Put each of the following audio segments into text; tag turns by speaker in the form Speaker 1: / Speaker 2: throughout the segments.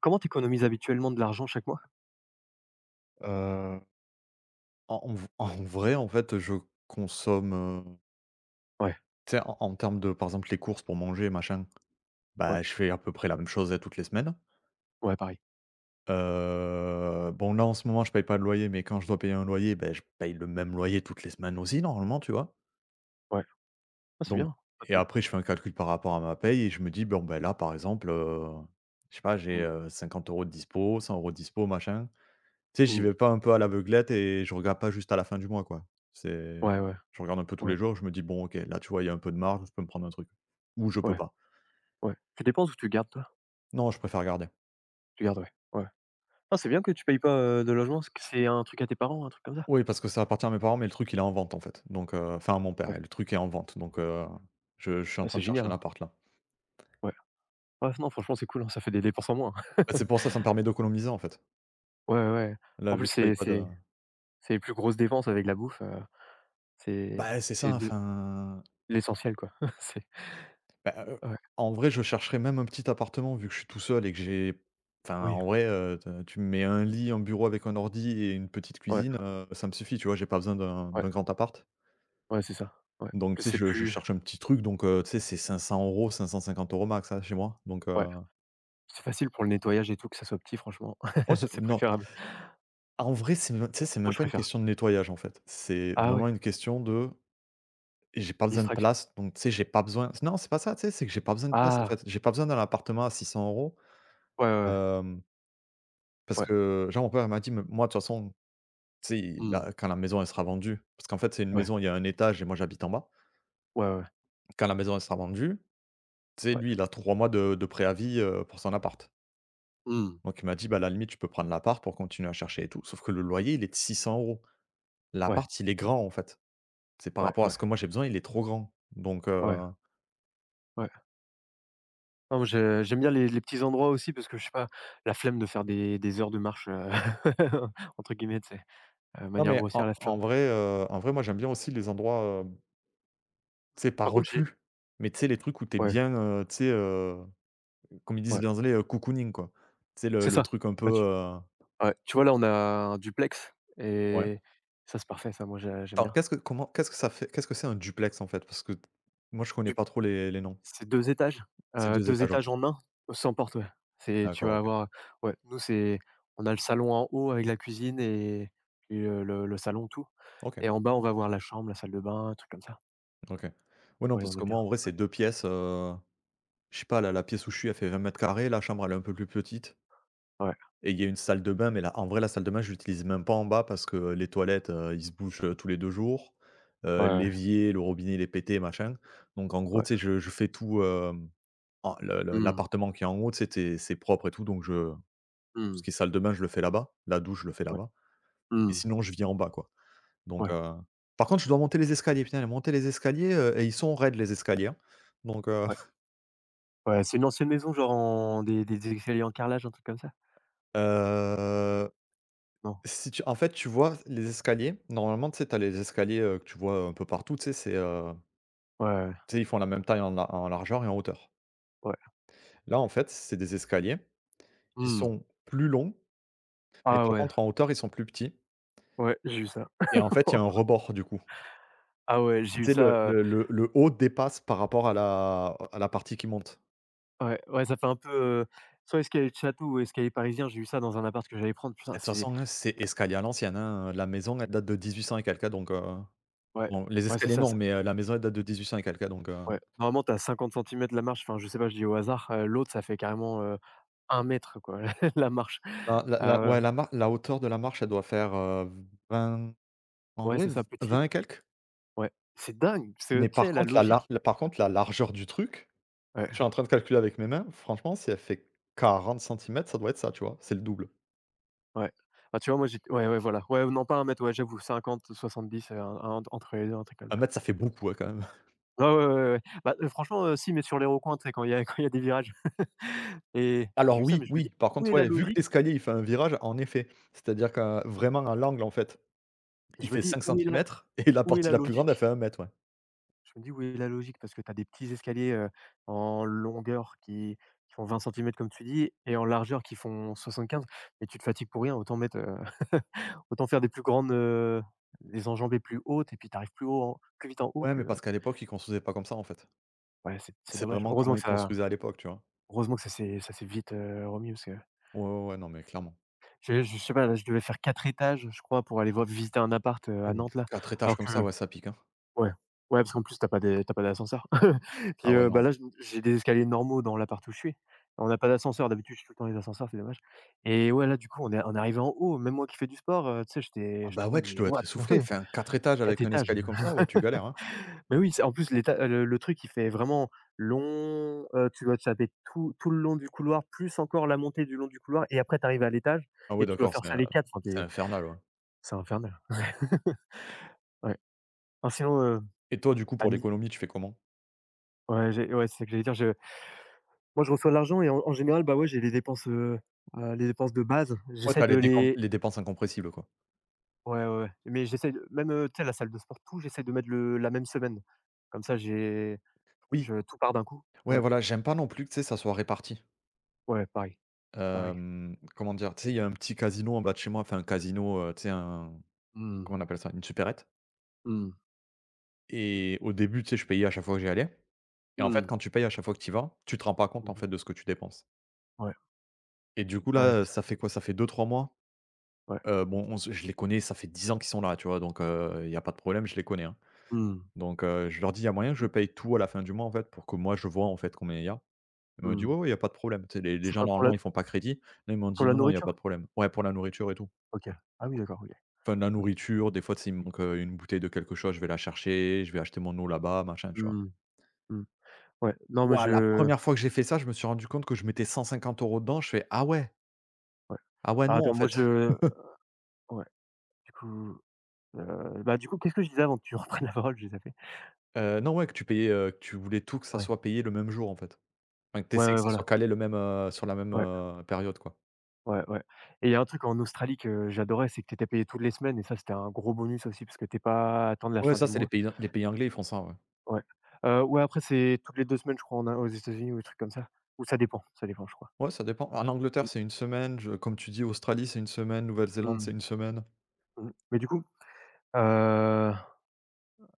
Speaker 1: Comment tu économises habituellement de l'argent chaque mois?
Speaker 2: Heu, en en v En vrai, en fait, je consomme,
Speaker 1: Ouais,
Speaker 2: tu sais, en termes de, par exemple, les courses pour manger, machin,
Speaker 1: ouais,
Speaker 2: bah, je fais à peu près la même chose, toutes les semaines.
Speaker 1: ouais, pareil.
Speaker 2: Bon, là, en ce moment, je paye pas de loyer, mais quand je dois payer un loyer, ben, je paye le même loyer toutes les semaines aussi, normalement, tu vois?
Speaker 1: Ouais. Ah, c'est
Speaker 2: Donc
Speaker 1: bien.
Speaker 2: et
Speaker 1: OK.
Speaker 2: après, je fais un calcul par rapport à ma paye et je me dis: «Bon, ben là, par exemple, je sais pas, j'ai,
Speaker 1: Mmh,
Speaker 2: 50 € de dispo, 100 € de dispo, machin». Tu sais, j'y
Speaker 1: mmh.
Speaker 2: vais pas un peu à l'aveuglette et je regarde pas juste à la fin du mois, quoi. C'est
Speaker 1: Ouais, ouais,
Speaker 2: Je regarde un peu tous
Speaker 1: ouais,
Speaker 2: les jours, je me dis: «Bon, OK, là, tu vois, il y a un peu de marge, je peux me prendre un truc» ou «Je peux
Speaker 1: ouais,
Speaker 2: pas».
Speaker 1: ouais. Tu dépenses ou tu gardes, toi?
Speaker 2: Non, je préfère garder.
Speaker 1: Tu gardes, ouais, ouais. Ah, c'est bien que tu payes pas, de logement. C'est que c'est un truc à tes parents, un truc comme ça?
Speaker 2: Oui, parce que ça appartient à mes parents, mais le truc, il est en vente, en fait, donc enfin, à mon père
Speaker 1: Ouais.
Speaker 2: et le truc est en vente, donc je suis en
Speaker 1: Ah,
Speaker 2: train
Speaker 1: c'est
Speaker 2: de chercher
Speaker 1: génial,
Speaker 2: un
Speaker 1: hein.
Speaker 2: appart, là.
Speaker 1: Ouais. Ouais, non, franchement, c'est cool, hein, ça fait des dépenses en moins.
Speaker 2: Bah, c'est pour ça, ça me permet d'économiser, en fait.
Speaker 1: Ouais, ouais.
Speaker 2: Là,
Speaker 1: En
Speaker 2: vu
Speaker 1: plus,
Speaker 2: que je paye
Speaker 1: c'est
Speaker 2: pas de
Speaker 1: c'est c'est les plus grosses dépenses avec la bouffe, c'est
Speaker 2: bah, c'est ça,
Speaker 1: c'est de
Speaker 2: enfin.
Speaker 1: l'essentiel, quoi. C'est
Speaker 2: Bah,
Speaker 1: ouais.
Speaker 2: en vrai, je chercherais même un petit appartement vu que je suis tout seul et que j'ai enfin,
Speaker 1: Oui.
Speaker 2: en vrai, te tu me mets un lit, un bureau avec un ordi et une petite
Speaker 1: Ouais,
Speaker 2: cuisine, ça me suffit, tu vois? J'ai pas besoin d'un
Speaker 1: ouais,
Speaker 2: d'un grand appart.
Speaker 1: ouais, c'est ça. Ouais. En
Speaker 2: Donc tu
Speaker 1: plus
Speaker 2: sais,
Speaker 1: c'est
Speaker 2: je
Speaker 1: plus
Speaker 2: cherche un petit truc donc tu sais, c'est cinq cents euros, 550 € max, hein, chez moi donc heu.
Speaker 1: ouais. C'est facile pour le nettoyage et tout, que ça soit petit, franchement,
Speaker 2: oh c'est
Speaker 1: c'est
Speaker 2: Non,
Speaker 1: préférable.
Speaker 2: en vrai, c'est même tu sais, c'est
Speaker 1: Moi
Speaker 2: même
Speaker 1: je
Speaker 2: pas une
Speaker 1: préfère.
Speaker 2: question de nettoyage, en fait. C'est
Speaker 1: Ah
Speaker 2: vraiment
Speaker 1: ouais,
Speaker 2: une question de j'ai pas besoin de
Speaker 1: distraction.
Speaker 2: place donc tu sais, j'ai pas besoin non, c'est pas ça, tu sais, c'est que j'ai pas besoin de place, en
Speaker 1: Ah!
Speaker 2: fait. J'ai pas besoin d'un appartement à 600 euros.
Speaker 1: Ouais, ouais, ouais,
Speaker 2: Parce
Speaker 1: ouais.
Speaker 2: que, genre, mon père, il m'a dit: «Mais moi, de toute façon, tu sais,
Speaker 1: Mmh.
Speaker 2: là quand la maison, elle sera vendue» parce qu'en fait, c'est une
Speaker 1: Ouais.
Speaker 2: maison, il y a un étage et moi, j'habite en bas.
Speaker 1: Ouais, ouais,
Speaker 2: Quand la maison, elle sera vendue, tu sais,
Speaker 1: ouais.
Speaker 2: lui, il a 3 mois de préavis, pour son appart.
Speaker 1: Mmh.
Speaker 2: Donc il m'a dit: «Bah, à la limite, tu peux prendre l'appart pour continuer à chercher et tout». Sauf que le loyer, il est de 600 €.
Speaker 1: Ouais,
Speaker 2: L'appart, il est grand, en fait. C'est par
Speaker 1: ouais,
Speaker 2: rapport à
Speaker 1: ouais,
Speaker 2: ce que moi, j'ai besoin, il est trop grand. Donc
Speaker 1: ouais, ouais. Non mais je j'aime bien les petits endroits aussi, parce que je sais pas, la flemme de faire des heures de marche, entre guillemets, tu sais?
Speaker 2: non,
Speaker 1: Manière
Speaker 2: mais en
Speaker 1: grossière, la
Speaker 2: en
Speaker 1: flemme.
Speaker 2: vrai, en vrai, moi, j'aime bien aussi les endroits, tu sais, pas
Speaker 1: Par contre, j'ai
Speaker 2: reclus, mais tu sais, les trucs où t'es
Speaker 1: ouais,
Speaker 2: bien, tu sais, heu. Comme ils disent
Speaker 1: ouais,
Speaker 2: les Anglais, cocooning quoi. Tu sais le
Speaker 1: c'est
Speaker 2: le
Speaker 1: ça.
Speaker 2: truc un peu,
Speaker 1: Bah, tu Ouais, tu vois, là, on a un duplex
Speaker 2: ouais.
Speaker 1: et ça, c'est parfait, ça. Moi j'aime
Speaker 2: Attends,
Speaker 1: bien.
Speaker 2: qu'est-ce que c'est un duplex en fait? Parce que moi je connais pas trop les noms.
Speaker 1: C'est 2 étages,
Speaker 2: C'est 2
Speaker 1: 2
Speaker 2: étages, OK.
Speaker 1: étages en 1, sans porte, ouais. C'est tu
Speaker 2: D'accord,
Speaker 1: vas
Speaker 2: OK.
Speaker 1: avoir ouais. Nous, c'est on a le salon en haut avec la cuisine, et le salon, tout.
Speaker 2: OK,
Speaker 1: Et en bas, on va avoir la chambre, la salle de bain, un truc comme ça.
Speaker 2: OK. Ouais, non,
Speaker 1: Oui,
Speaker 2: parce
Speaker 1: on est
Speaker 2: que moi
Speaker 1: bien.
Speaker 2: en vrai
Speaker 1: Ouais.
Speaker 2: c'est 2 pièces, je sais pas la pièce où je suis elle fait 20 mètres carrés, la chambre elle est un peu plus petite
Speaker 1: Ouais.
Speaker 2: et il y a une salle de bain, mais là en vrai la salle de bain je l'utilise même pas en bas parce que les toilettes, ils se bougent, tous les 2 jours.
Speaker 1: Ouais, ouais,
Speaker 2: L'évier, le robinet il est pété machin. Donc en gros
Speaker 1: ouais.
Speaker 2: tu sais je fais tout, hem. En le
Speaker 1: Mmh.
Speaker 2: L'appartement qui est en haut, tu sais, tu c'est propre et tout, donc je ce
Speaker 1: Mmh.
Speaker 2: qui est salle de bain, je le fais là-bas, la douche, je le fais
Speaker 1: Ouais.
Speaker 2: là-bas et
Speaker 1: Mmh.
Speaker 2: sinon je vis en bas, quoi, donc
Speaker 1: Ouais,
Speaker 2: par contre, je dois monter les escaliers, putain, monter les escaliers, et ils sont raides les escaliers, hein, donc heu.
Speaker 1: ouais, ouais, c'est une ancienne maison, genre en des escaliers en carrelage, un truc comme ça?
Speaker 2: heu,
Speaker 1: Non?
Speaker 2: Si tu en fait, tu vois les escaliers, normalement, tu sais, tu les escaliers, que tu vois un peu partout, tu sais, c'est,
Speaker 1: Ouais, ouais,
Speaker 2: tu sais, ils font la même taille en largeur et en hauteur.
Speaker 1: ouais.
Speaker 2: Là, en fait, c'est des escaliers, ils
Speaker 1: Mmh.
Speaker 2: sont plus longs, mais
Speaker 1: Ah
Speaker 2: par
Speaker 1: ouais,
Speaker 2: contre en hauteur, ils sont plus petits
Speaker 1: ouais, j'ai eu ça.
Speaker 2: et en fait, il y a un rebord, du coup.
Speaker 1: Ah ouais, j'ai eu
Speaker 2: Tu sais, le
Speaker 1: ça.
Speaker 2: le le le haut dépasse par rapport à la partie qui monte.
Speaker 1: Ouais, ouais, ça fait un peu, heu, soit escalier de château, ou escalier parisien. J'ai eu ça dans un appart que j'allais prendre.
Speaker 2: Ah,
Speaker 1: Putain,
Speaker 2: de toute
Speaker 1: c'est
Speaker 2: façon, hein, c'est escalier à l'ancienne, hein, la maison, elle date de 1800 et quelques, hein, donc
Speaker 1: ouais,
Speaker 2: bon, les
Speaker 1: ouais, c'est
Speaker 2: escaliers
Speaker 1: ça,
Speaker 2: non,
Speaker 1: c'est
Speaker 2: mais la maison, elle date de 1800 et quelques, hein, donc heu.
Speaker 1: ouais. Normalement, t'as 50 centimètres cm la marche. Enfin, je sais pas, je dis au hasard. L'autre, ça fait carrément, 1 m quoi, la marche.
Speaker 2: Ah, la
Speaker 1: Ah
Speaker 2: la
Speaker 1: ouais,
Speaker 2: ouais, la hauteur de la marche, elle doit faire, 20 en
Speaker 1: ouais,
Speaker 2: vrai,
Speaker 1: c'est
Speaker 2: v
Speaker 1: ça, petit.
Speaker 2: 20 et quelques,
Speaker 1: Ouais. C'est dingue, c'est
Speaker 2: mais
Speaker 1: tu
Speaker 2: par
Speaker 1: sais, la
Speaker 2: contre
Speaker 1: logique
Speaker 2: la largeur du truc,
Speaker 1: ouais,
Speaker 2: je suis en train de calculer avec mes mains, franchement, si elle fait 40 centimètres, ça doit être ça, tu vois? C'est le double.
Speaker 1: ouais. Bah, tu vois, moi, j'ai ouais, ouais, voilà. Ouais, non, pas un mètre, ouais, j'avoue, 50-70, un entre les deux, un truc comme
Speaker 2: un
Speaker 1: ça.
Speaker 2: mètre, ça fait beaucoup, hein, quand même.
Speaker 1: Ouais, ouais, ouais, ouais, ouais. Bah, franchement, si, mais sur les recoins, tu sais, quand il y a quand il y a des virages et j'ai
Speaker 2: Alors
Speaker 1: eu ça,
Speaker 2: oui,
Speaker 1: mais je me dis:
Speaker 2: oui, par
Speaker 1: «Où
Speaker 2: contre,
Speaker 1: est la
Speaker 2: ouais, vu que
Speaker 1: logique?»
Speaker 2: l'escalier, il fait un virage, en effet, c'est-à-dire qu'à vraiment à l'angle, en fait, il
Speaker 1: Je me
Speaker 2: fait
Speaker 1: dis:
Speaker 2: 5 centimètres et la
Speaker 1: Où est
Speaker 2: partie
Speaker 1: la
Speaker 2: la plus grande,
Speaker 1: logique?»
Speaker 2: elle fait 1 mètre, ouais.
Speaker 1: Je me dis: «Où est la logique?» Parce que tu as des petits escaliers, en longueur qui font 20 centimètres comme tu dis, et en largeur qui font 75, et tu te fatigues pour rien. Autant mettre, autant faire des plus grandes, des enjambées plus hautes, et puis tu arrives plus haut en plus vite en haut
Speaker 2: Ouais,
Speaker 1: que
Speaker 2: mais parce qu'à l'époque, ils construisaient pas comme ça, en fait.
Speaker 1: ouais, c'est
Speaker 2: C'est
Speaker 1: dommage.
Speaker 2: vraiment comment ils construisaient à l'époque, tu vois?
Speaker 1: Heureusement que ça s'est vite, remis parce que
Speaker 2: Ouais, ouais, ouais, non, mais clairement.
Speaker 1: je sais pas. Là, je devais faire 4 étages, je crois, pour aller voir visiter un appart, à
Speaker 2: Oh,
Speaker 1: Nantes là,
Speaker 2: 4 étages
Speaker 1: alors
Speaker 2: comme
Speaker 1: que
Speaker 2: ça, ouais, ça pique, hein.
Speaker 1: ouais. Ouais, parce qu'en plus, t'as pas d'ascenseur.
Speaker 2: Ah
Speaker 1: Puis,
Speaker 2: ouais,
Speaker 1: bah,
Speaker 2: non.
Speaker 1: là, je j'ai des escaliers normaux dans l'appart où je suis. On n'a pas d'ascenseur, d'habitude je suis tout le temps dans les ascenseurs, c'est dommage. Et ouais, là, du coup, on est arrivé en haut, même moi qui fais du sport, tu sais,
Speaker 2: Ah
Speaker 1: j'étais
Speaker 2: bah,
Speaker 1: en
Speaker 2: ouais,
Speaker 1: mode:
Speaker 2: tu
Speaker 1: «Mais
Speaker 2: dois être
Speaker 1: what?»
Speaker 2: essoufflé, enfin 4 étages
Speaker 1: Quatre
Speaker 2: avec un
Speaker 1: étages.
Speaker 2: escalier comme ça, ouais, tu galères, hein.
Speaker 1: Mais oui, c'est en plus, l'éta le truc, il fait vraiment long, tu dois te taper tout le long du couloir, plus encore la montée du long du couloir, et après tu arrives à l'étage
Speaker 2: Ah ouais,
Speaker 1: et tu dois
Speaker 2: d'accord,
Speaker 1: faire ça les quatre, enfin,
Speaker 2: c'est
Speaker 1: tu
Speaker 2: infernal, ouais.
Speaker 1: c'est infernal. Ouais. Ah, sinon,
Speaker 2: Et toi, du coup,
Speaker 1: à
Speaker 2: pour
Speaker 1: mi
Speaker 2: l'économie, tu fais comment?
Speaker 1: ouais, j'ai ouais, c'est ce que j'allais dire, je moi, je reçois l'argent et en général, bah, ouais, j'ai les dépenses de base.
Speaker 2: Ouais,
Speaker 1: J'essaie
Speaker 2: t'as
Speaker 1: de
Speaker 2: les décom
Speaker 1: les
Speaker 2: les dépenses incompressibles, quoi.
Speaker 1: ouais, ouais, ouais, mais j'essaie de même, tu sais, la salle de sport, tout, j'essaie de mettre le la même semaine. Comme ça, j'ai
Speaker 2: Oui,
Speaker 1: je tout part d'un coup.
Speaker 2: ouais,
Speaker 1: Ouais,
Speaker 2: voilà, j'aime pas non plus que, tu sais, ça soit réparti.
Speaker 1: ouais, pareil, pareil.
Speaker 2: Hem, comment dire? Tu sais, il y a un petit casino en bas de chez moi, enfin un casino, tu sais un
Speaker 1: Mmh,
Speaker 2: comment on appelle ça? Une supérette
Speaker 1: mmh,
Speaker 2: et au début, tu sais, je payais à chaque fois que j'y allais et en fait,
Speaker 1: mmh,
Speaker 2: quand tu payes à chaque fois que tu y vas, tu te rends pas compte, en
Speaker 1: mmh.
Speaker 2: fait, de ce que tu dépenses
Speaker 1: Ouais,
Speaker 2: et du coup,
Speaker 1: ouais,
Speaker 2: là,
Speaker 1: c'est ça.
Speaker 2: ça fait quoi? Ça fait deux, trois mois,
Speaker 1: Ouais.
Speaker 2: bon, on se je les connais, ça fait 10 ans qu'ils sont là, tu vois? Donc il y a pas de problème, je les connais, hein.
Speaker 1: Mmh,
Speaker 2: Donc je leur dis: «Il y a moyen que je
Speaker 1: mmh,
Speaker 2: paye tout à la fin du mois, en fait, pour que moi, je vois, en fait, combien il y a?» Ils m'ont dit:
Speaker 1: mmh.
Speaker 2: «Ouais, ouais, il y a pas de problème». Tu sais, les
Speaker 1: C'est
Speaker 2: gens,
Speaker 1: quoi
Speaker 2: normalement, ils font pas crédit. Là, ils m'ont dit:
Speaker 1: pour la
Speaker 2: «Non, non, il y a pas de
Speaker 1: nourriture?
Speaker 2: problème». Ouais, pour la nourriture et tout.
Speaker 1: OK. Ah oui, d'accord, OK,
Speaker 2: Enfin de la
Speaker 1: OK.
Speaker 2: nourriture, des fois, tu me manque, une bouteille de quelque chose, je vais la chercher, je vais acheter mon eau là-bas, machin, tu vois?
Speaker 1: Mmh, mmh. Ouais, non, mais
Speaker 2: Ouah, la
Speaker 1: je
Speaker 2: première fois que j'ai fait ça, je me suis rendu compte que je mettais 150 € dedans, je fais: «Ah ouais,
Speaker 1: ouais.
Speaker 2: ah ouais,
Speaker 1: Alors
Speaker 2: non, en
Speaker 1: attends, moi,
Speaker 2: fait».
Speaker 1: je ouais, du coup bah, du coup, qu'est-ce que je disais avant que tu reprennes la parole? J'ai zappé.
Speaker 2: Non, ouais, que tu payais, que tu voulais tout que ça
Speaker 1: Ouais.
Speaker 2: soit payé le même jour, en fait. Enfin, que
Speaker 1: Ouais,
Speaker 2: tu que
Speaker 1: ouais,
Speaker 2: ça soit
Speaker 1: voilà.
Speaker 2: calé le même, sur la même,
Speaker 1: Ouais,
Speaker 2: période, quoi.
Speaker 1: ouais, ouais, et il y a un truc en Australie que j'adorais. C'est que tu étais payé toutes les semaines, et ça, c'était un gros bonus aussi, parce que tu es pas à attendre la
Speaker 2: Ouais,
Speaker 1: fin
Speaker 2: ça,
Speaker 1: du
Speaker 2: c'est les
Speaker 1: mois.
Speaker 2: pays anglais, ils font ça, ouais.
Speaker 1: Ouais. Ouais, après, c'est toutes les 2 semaines, je crois, en in aux États-Unis ou des trucs comme ça. Ou ça dépend, je crois.
Speaker 2: Ouais, ça dépend. En Angleterre,
Speaker 1: Mmh.
Speaker 2: c'est une semaine, je comme tu dis, Australie, c'est une semaine, Nouvelle-Zélande,
Speaker 1: Mmh.
Speaker 2: c'est une semaine.
Speaker 1: Mmh. Mais heu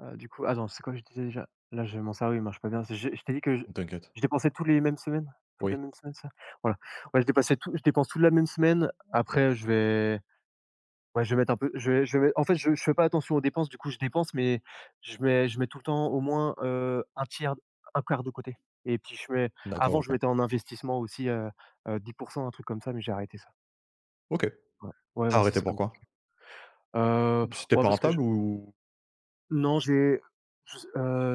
Speaker 1: du coup, attends, c'est quoi que je disais déjà? Là, j'ai mon cerveau, il marche pas bien. C'est je t'ai dit que
Speaker 2: T'inquiète.
Speaker 1: je dépensais tous les mêmes semaines? Toutes
Speaker 2: Oui?
Speaker 1: les mêmes semaines, c'est ça? Voilà. Ouais, je dépense toute la même semaine. Après, je vais ouais, je vais mettre en fait, je fais pas attention aux dépenses, du coup, je dépense, mais je mets tout le temps au moins, 1/3, 1/4 de côté, et puis je mets
Speaker 2: D'accord,
Speaker 1: avant, je
Speaker 2: OK.
Speaker 1: mettais en investissement aussi, 10% un truc comme ça, mais j'ai arrêté ça.
Speaker 2: OK.
Speaker 1: Ouais. Ouais,
Speaker 2: T'as
Speaker 1: ouais, c'est
Speaker 2: arrêté
Speaker 1: ça comme truc.
Speaker 2: pourquoi?
Speaker 1: Heu,
Speaker 2: C'était
Speaker 1: ouais,
Speaker 2: pas
Speaker 1: parce que je
Speaker 2: rentable ou?
Speaker 1: non, j'ai je s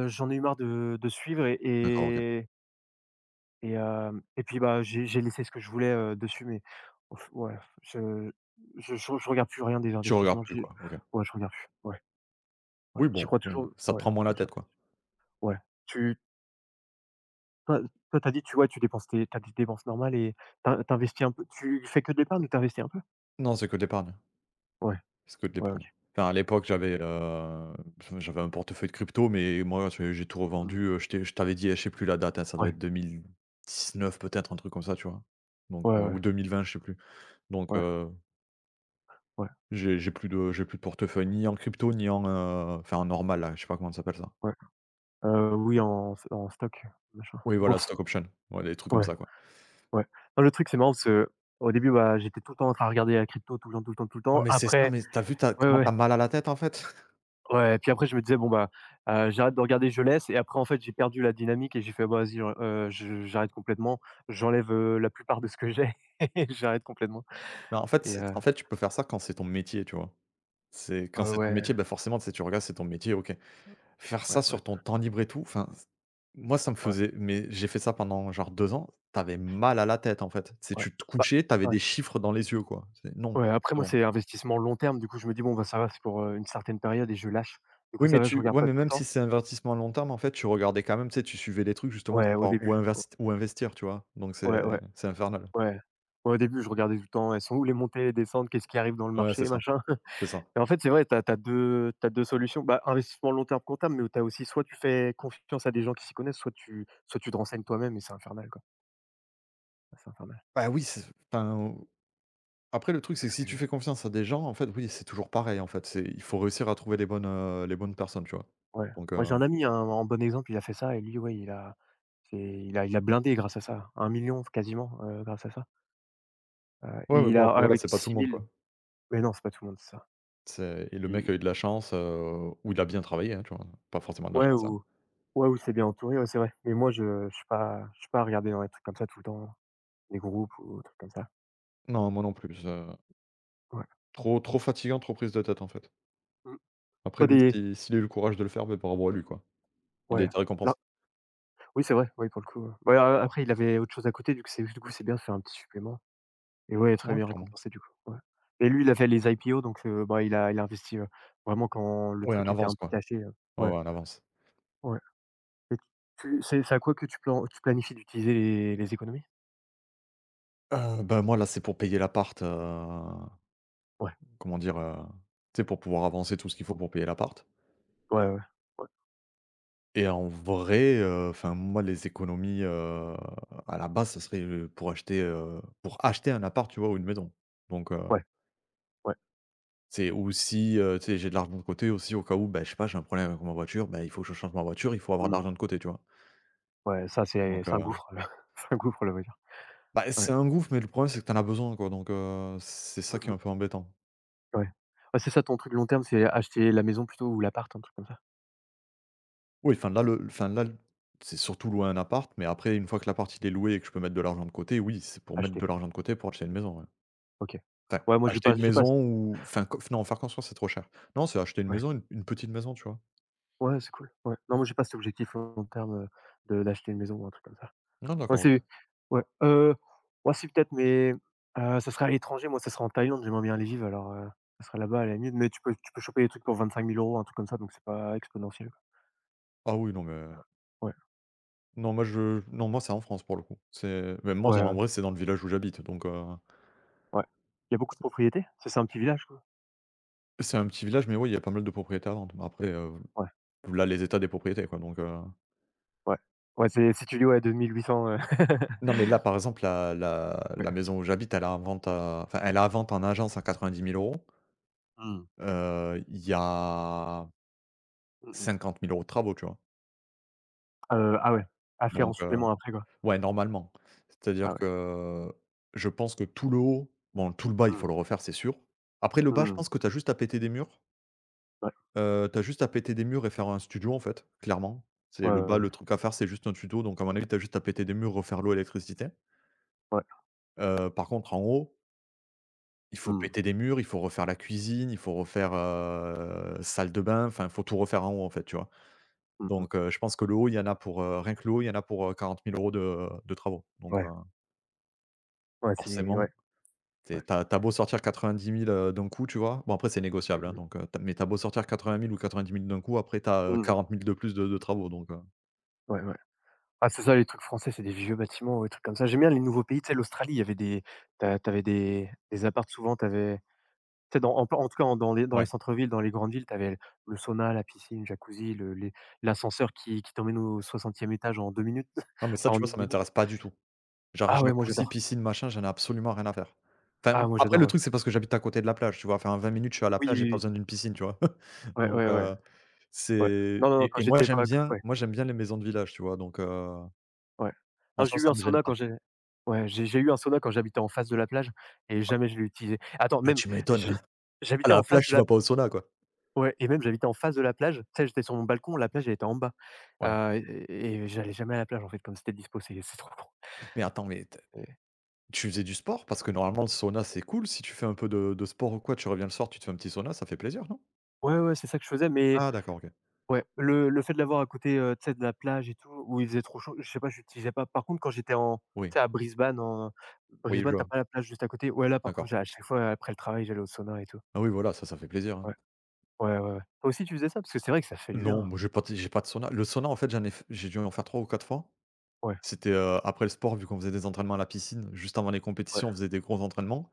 Speaker 1: j'en ai eu marre de suivre
Speaker 2: D'accord, OK.
Speaker 1: et hem et puis, bah, j'ai laissé ce que je voulais, dessus, mais ouf, ouais, je je regarde plus rien des
Speaker 2: Tu regardes
Speaker 1: investissements,
Speaker 2: plus
Speaker 1: j'ai
Speaker 2: quoi, OK.
Speaker 1: ouais, je regarde plus, ouais. Ouais,
Speaker 2: Oui
Speaker 1: j'y
Speaker 2: bon,
Speaker 1: crois
Speaker 2: ouais,
Speaker 1: toujours,
Speaker 2: ça te
Speaker 1: ouais,
Speaker 2: prend moins la
Speaker 1: déjà,
Speaker 2: tête quoi.
Speaker 1: ouais. Tu toi Toi, tu vois, tu dépenses tes t'as des dépenses normales, et t'in tu un peu tu fais que de l'épargne ou t'investis un peu?
Speaker 2: Non, c'est que de l'épargne,
Speaker 1: Ouais,
Speaker 2: c'est que de
Speaker 1: ouais,
Speaker 2: l'épargne.
Speaker 1: OK.
Speaker 2: Enfin à l'époque j'avais, j'avais un portefeuille de crypto mais moi j'ai tout
Speaker 1: Mmh.
Speaker 2: revendu, je t'avais dit, je sais plus la date, hein, ça doit être
Speaker 1: Ouais,
Speaker 2: 2019 peut-être, un truc comme ça, tu vois? Donc
Speaker 1: ouais, ouais,
Speaker 2: ou 2020, je sais plus. Donc
Speaker 1: ouais, ouais,
Speaker 2: j'ai plus de portefeuille ni en crypto ni en, enfin en normal là, je sais pas comment ça s'appelle ça.
Speaker 1: ouais. Oui, en stock, machin.
Speaker 2: Oui voilà,
Speaker 1: Bourse,
Speaker 2: stock option, ouais des trucs comme
Speaker 1: ouais,
Speaker 2: ça quoi.
Speaker 1: ouais. Non, le truc, c'est marrant parce que au début, bah, j'étais tout le temps en train de regarder la crypto, tout le temps, tout le temps, tout le
Speaker 2: Ouais
Speaker 1: temps.
Speaker 2: mais c'est ça,
Speaker 1: Après
Speaker 2: mais t'as vu tu
Speaker 1: ouais,
Speaker 2: comment
Speaker 1: ouais.
Speaker 2: t'as mal à la tête en fait?
Speaker 1: Ouais, et puis après je me disais: «Bon, bah, j'arrête de regarder, je laisse», et après en fait, j'ai perdu la dynamique et j'ai fait: «Bah, vas-y, je j'arrête complètement. J'enlève, la plupart de ce que j'ai et j'arrête complètement.»
Speaker 2: Bah en fait
Speaker 1: Et
Speaker 2: c'est en fait tu peux faire ça quand c'est ton métier, tu vois? C'est quand c'est ton
Speaker 1: ouais,
Speaker 2: métier, bah, forcément, tu sais, tu regardes, c'est ton métier, OK. Faire
Speaker 1: ouais,
Speaker 2: ça
Speaker 1: ouais,
Speaker 2: sur ton temps libre et tout, enfin, c moi, ça me
Speaker 1: ouais,
Speaker 2: faisait mais j'ai fait ça pendant genre 2 ans, t'avais mal à la tête, en fait. C'est
Speaker 1: ouais.
Speaker 2: Tu te
Speaker 1: Bah,
Speaker 2: couchais, tu avais
Speaker 1: ouais,
Speaker 2: des chiffres dans les yeux, quoi. C'est non,
Speaker 1: ouais, après
Speaker 2: c'est
Speaker 1: moi,
Speaker 2: bon.
Speaker 1: c'est investissement long terme, du coup, je me dis: «Bon, bah, ça va, c'est pour, une certaine période», et je lâche. Du
Speaker 2: Oui,
Speaker 1: coup, ça
Speaker 2: mais
Speaker 1: va, je
Speaker 2: tu
Speaker 1: regarde
Speaker 2: ouais,
Speaker 1: pas
Speaker 2: mais
Speaker 1: tout le
Speaker 2: même si
Speaker 1: temps.
Speaker 2: c'est un investissement à long terme, en fait, tu regardais quand même, tu sais, tu suivais les trucs justement
Speaker 1: Ouais,
Speaker 2: pour
Speaker 1: au
Speaker 2: savoir
Speaker 1: début,
Speaker 2: où investir, tu vois? Donc c'est
Speaker 1: ouais, ouais,
Speaker 2: c'est infernal.
Speaker 1: ouais. Ouais, au début, je regardais tout le temps, elles sont où les montées, les descentes, qu'est-ce qui arrive dans le
Speaker 2: Ouais, c'est
Speaker 1: marché,
Speaker 2: ça,
Speaker 1: machin?
Speaker 2: c'est ça.
Speaker 1: Et en fait, c'est vrai, tu as deux t'as 2 solutions. Bah, investissement long terme comptable, mais tu as aussi soit tu fais confiance à des gens qui s'y connaissent, soit tu te renseignes toi-même, et c'est infernal, quoi. Ah, c'est infernal.
Speaker 2: Bah, oui, c'est enfin. Après le truc, c'est
Speaker 1: Parce
Speaker 2: que si tu
Speaker 1: que
Speaker 2: fais confiance à des gens, en fait, oui, c'est toujours pareil, en fait. C'est il faut réussir à trouver les bonnes personnes, tu vois?
Speaker 1: ouais,
Speaker 2: Donc
Speaker 1: moi j'ai un ami, hein, en bon exemple, il a fait ça et lui, ouais, il a c'est il a blindé grâce à ça. 1 million quasiment, grâce à ça.
Speaker 2: ouais, mais
Speaker 1: Il
Speaker 2: bon,
Speaker 1: a
Speaker 2: après voilà,
Speaker 1: avec
Speaker 2: c'est pas tout le
Speaker 1: six
Speaker 2: monde,
Speaker 1: mille
Speaker 2: quoi.
Speaker 1: mais non, c'est pas tout le monde c'est ça.
Speaker 2: C'est et le mec
Speaker 1: Il
Speaker 2: a eu de la chance, ou il a bien travaillé, hein, tu vois? Pas forcément de la
Speaker 1: ouais
Speaker 2: chance, hein.
Speaker 1: ou ouais ou c'est bien entouré, ouais, c'est vrai. Mais moi, je suis pas à regarder dans les trucs comme ça tout le temps, des groupes ou des trucs comme ça.
Speaker 2: Non, moi non plus, je
Speaker 1: Ouais.
Speaker 2: trop trop fatigant, trop prise de tête, en fait.
Speaker 1: Mmh.
Speaker 2: Après
Speaker 1: Toi,
Speaker 2: lui,
Speaker 1: des
Speaker 2: si s'il a eu le courage de le faire, ben bravo à lui, quoi. Il a
Speaker 1: ouais.
Speaker 2: été récompensé.
Speaker 1: Oui, c'est vrai, oui, pour le coup, ouais, a après il avait autre chose à côté, du coup c'est bien de faire un petit supplément, et ouais, très
Speaker 2: Ouais,
Speaker 1: bien
Speaker 2: clairement.
Speaker 1: récompensé du coup, ouais, et lui, il a fait les IPO, donc bah, il a investi, vraiment quand le
Speaker 2: Ouais, en
Speaker 1: truc était un
Speaker 2: avance,
Speaker 1: peu
Speaker 2: quoi.
Speaker 1: caché,
Speaker 2: Ouais,
Speaker 1: ouais,
Speaker 2: ouais, en avance.
Speaker 1: ouais, et tu c'est à quoi que tu plan tu planifies d'utiliser les économies?
Speaker 2: Bah, moi, là, c'est pour payer l'appart,
Speaker 1: Ouais,
Speaker 2: comment dire? Tu sais, pour pouvoir avancer tout ce qu'il faut pour payer l'appart.
Speaker 1: ouais, ouais, ouais,
Speaker 2: Et en vrai, enfin moi les économies, à la base, ce serait, pour acheter, pour acheter un appart, tu vois? Ou une maison. Donc,
Speaker 1: ouais, ouais,
Speaker 2: c'est aussi, si, tu sais, j'ai de l'argent de côté aussi au cas où, bah, je sais pas, j'ai un problème avec ma voiture, bah, il faut que je change ma voiture, il faut avoir de
Speaker 1: mmh,
Speaker 2: l'argent de côté, tu vois?
Speaker 1: ouais, ça
Speaker 2: Donc,
Speaker 1: c'est un gouffre, c'est un gouffre là, on dire,
Speaker 2: bah,
Speaker 1: ouais,
Speaker 2: c'est un gouffre, mais le problème, c'est que t'en as besoin, quoi, donc, c'est
Speaker 1: mmh
Speaker 2: ça qui est
Speaker 1: mh,
Speaker 2: un peu embêtant.
Speaker 1: ouais. Ouais, c'est ça ton truc long terme, c'est acheter la maison plutôt, ou l'appart, un truc comme ça?
Speaker 2: Oui, enfin là le enfin là, l c'est surtout louer un appart, mais après une fois que l'appart il est loué et que je peux mettre de l'argent de côté, oui, c'est pour mettre de
Speaker 1: Acheter,
Speaker 2: l'argent de côté pour acheter une maison, ouais.
Speaker 1: OK.
Speaker 2: Enfin,
Speaker 1: Ouais, moi j'ai
Speaker 2: acheter
Speaker 1: pas
Speaker 2: une
Speaker 1: c
Speaker 2: maison ou enfin, co non, faire construire, c'est trop cher. Non, c'est acheter une
Speaker 1: ouais.
Speaker 2: maison, une petite maison, tu vois?
Speaker 1: Ouais, c'est cool, ouais. Non, moi, j'ai pas cet objectif en termes, de d'acheter une maison ou un truc comme ça.
Speaker 2: Non,
Speaker 1: Moi,
Speaker 2: d'accord, OK.
Speaker 1: c'est ouais, ouais, si peut-être, mais, ça sera à l'étranger. Moi, ça sera en Thaïlande, j'aimerais bien aller vivre, alors, ça sera là-bas à la limite, mais tu peux choper des trucs pour 25 000 € un truc comme ça, donc c'est pas exponentiel, quoi.
Speaker 2: Ah oui, non, mais
Speaker 1: Ouais.
Speaker 2: non, moi, je non, moi, c'est en France, pour le coup. C'est mais moi,
Speaker 1: Ouais,
Speaker 2: c'est
Speaker 1: ouais,
Speaker 2: en
Speaker 1: ouais.
Speaker 2: vrai, c'est dans le village où j'habite, donc
Speaker 1: Ouais. Il y a beaucoup de propriétés? C'est un petit village, quoi?
Speaker 2: c'est un petit village, mais oui, il y a pas mal de propriétés à vendre. Mais après,
Speaker 1: Ouais,
Speaker 2: là, les états des propriétés, quoi, donc
Speaker 1: ouais. Ouais, c'est si tu loues à 2 800,
Speaker 2: non, mais là, par exemple, la la
Speaker 1: Ouais.
Speaker 2: la maison où j'habite, elle est en vente à enfin, elle est à vente en agence à 90 000 euros.
Speaker 1: Mmh.
Speaker 2: Il y a
Speaker 1: Mmh mh.
Speaker 2: 50 000 euros de travaux, tu vois?
Speaker 1: Ah ouais, à faire en
Speaker 2: Donc
Speaker 1: supplément après, quoi.
Speaker 2: ouais, normalement. C'est-à-dire
Speaker 1: Ah ouais.
Speaker 2: que je pense que tout le haut, bon, tout le bas, il
Speaker 1: Mmh.
Speaker 2: faut le refaire, c'est sûr. Après le bas, je
Speaker 1: Mmh.
Speaker 2: pense que tu as juste à péter des murs.
Speaker 1: Ouais.
Speaker 2: Tu as juste à péter des murs et faire un studio, en fait, clairement. C'est
Speaker 1: Ouais,
Speaker 2: le
Speaker 1: ouais,
Speaker 2: bas,
Speaker 1: ouais.
Speaker 2: le truc à faire, c'est juste un tuto, donc à mon avis, tu as juste à péter des murs, refaire l'eau, l'électricité.
Speaker 1: Ouais.
Speaker 2: Par contre, en haut, il faut
Speaker 1: Mmh.
Speaker 2: péter des murs, il faut refaire la cuisine, il faut refaire, salle de bain, enfin, il faut tout refaire en haut, en fait, tu vois?
Speaker 1: Mmh.
Speaker 2: Donc je pense que le haut, il y en a pour, rien que le haut, il y en a pour, 40 000 € de travaux, donc
Speaker 1: Ouais. Ouais, c'est
Speaker 2: forcément.
Speaker 1: ouais, ouais.
Speaker 2: C'est t'as as tu as beau sortir 90 000, d'un coup, tu vois? Bon après c'est négociable, hein,
Speaker 1: Mmh mh.
Speaker 2: donc tu mais t'as beau sortir 80 000 ou 90 000 d'un coup, après
Speaker 1: Mmh.
Speaker 2: 40 000 de plus de travaux donc heu.
Speaker 1: Ouais, ouais. Ah, c'est ça, les trucs français, c'est des vieux bâtiments ou des trucs comme ça. J'aime bien les nouveaux pays, tu sais, l'Australie, il y avait des tu avais des apparts souvent, tu avais tu sais, dans en plan en tout cas, dans
Speaker 2: Ouais.
Speaker 1: les centres-villes, dans les grandes villes, tu avais le sauna, la piscine, jacuzzi, le les l'ascenseur qui t'emmène au soixantième étage en 2 minutes,
Speaker 2: Non mais ça,
Speaker 1: enfin,
Speaker 2: tu
Speaker 1: en
Speaker 2: vois,
Speaker 1: une
Speaker 2: ça
Speaker 1: minute.
Speaker 2: m'intéresse pas du tout. Genre
Speaker 1: Ah ouais, moi
Speaker 2: jacuzzi,
Speaker 1: j'adore.
Speaker 2: piscine, machin, j'en ai absolument rien à faire. Enfin,
Speaker 1: Ah moi
Speaker 2: après
Speaker 1: j'adore,
Speaker 2: le
Speaker 1: ouais.
Speaker 2: truc, c'est parce que j'habite à côté de la plage, tu vois? Enfin, en 20 minutes, je suis à la
Speaker 1: Oui,
Speaker 2: plage, j'ai
Speaker 1: oui,
Speaker 2: pas
Speaker 1: oui.
Speaker 2: besoin d'une piscine, tu vois?
Speaker 1: Ouais,
Speaker 2: Donc
Speaker 1: ouais, ouais, ouais.
Speaker 2: c'est
Speaker 1: Non, non, non,
Speaker 2: et
Speaker 1: quand j'étais pas ouais.
Speaker 2: moi j'aime bien les maisons de village, tu vois? Donc
Speaker 1: Ouais.
Speaker 2: en
Speaker 1: Non,
Speaker 2: soi,
Speaker 1: j'ai eu
Speaker 2: ça
Speaker 1: un
Speaker 2: me gêne
Speaker 1: sauna
Speaker 2: pas.
Speaker 1: quand j'ai ouais, j'ai eu un sauna quand j'habitais en face de la plage et jamais je l'ai utilisé. Attends,
Speaker 2: Bah,
Speaker 1: même
Speaker 2: tu m'étonnes,
Speaker 1: j'ai
Speaker 2: à
Speaker 1: j'habitais
Speaker 2: la
Speaker 1: en face
Speaker 2: plage,
Speaker 1: de
Speaker 2: tu vas
Speaker 1: la
Speaker 2: pas au sauna, quoi.
Speaker 1: ouais, et même j'habitais en face de la plage. Tu sais, j'étais sur mon balcon, la plage elle était en bas,
Speaker 2: Ouais.
Speaker 1: heu et j'allais jamais à la plage en fait comme c'était dispo, c'est trop grand,
Speaker 2: Mais attends, mais
Speaker 1: et
Speaker 2: tu faisais du sport? Parce que normalement le sauna c'est cool, si tu fais un peu de sport ou quoi, tu reviens le soir, tu te fais un petit sauna, ça fait plaisir, non?
Speaker 1: ouais, ouais, c'est ça que je faisais, mais
Speaker 2: Ah d'accord, OK.
Speaker 1: ouais, le fait de l'avoir à côté, tu sais, de la plage et tout, où il faisait trop chaud, je sais pas, j'utilisais pas. Par contre, quand j'étais en
Speaker 2: Oui,
Speaker 1: tu sais, à Brisbane en
Speaker 2: oui, je
Speaker 1: Brisbane, t'as
Speaker 2: vois,
Speaker 1: pas la plage juste à côté. Ouais, là par contre,
Speaker 2: d'accord.
Speaker 1: j'ai à chaque fois après le travail, j'allais au sauna et tout. Ouais.
Speaker 2: Ah oui voilà, ça fait plaisir, hein.
Speaker 1: Ouais, ouais, ouais. Toi aussi, tu faisais ça? Parce que c'est vrai que ça fait du
Speaker 2: Non,
Speaker 1: bien.
Speaker 2: moi j'ai pas de sauna. Le sauna en fait, j'en ai f j'ai dû en faire 3 ou 4 fois.
Speaker 1: Ouais,
Speaker 2: C'était, après le sport, vu qu'on faisait des entraînements à la piscine, juste avant les
Speaker 1: ouais,
Speaker 2: compétitions, on faisait des gros entraînements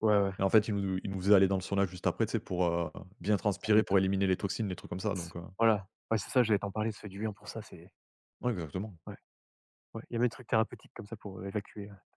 Speaker 1: ouais, ouais.
Speaker 2: et en fait, ils nous faisaient aller dans le sauna juste après, tu sais, pour, bien
Speaker 1: Ça
Speaker 2: transpirer,
Speaker 1: m'éto
Speaker 2: pour éliminer les toxines, les trucs comme ça donc
Speaker 1: voilà. Ouais, c'est ça, je vais t'en parler, ça fait du bien pour ça, c'est
Speaker 2: ouais exactement.
Speaker 1: ouais, ouais. Il y a même des trucs thérapeutiques comme ça pour, évacuer, hein.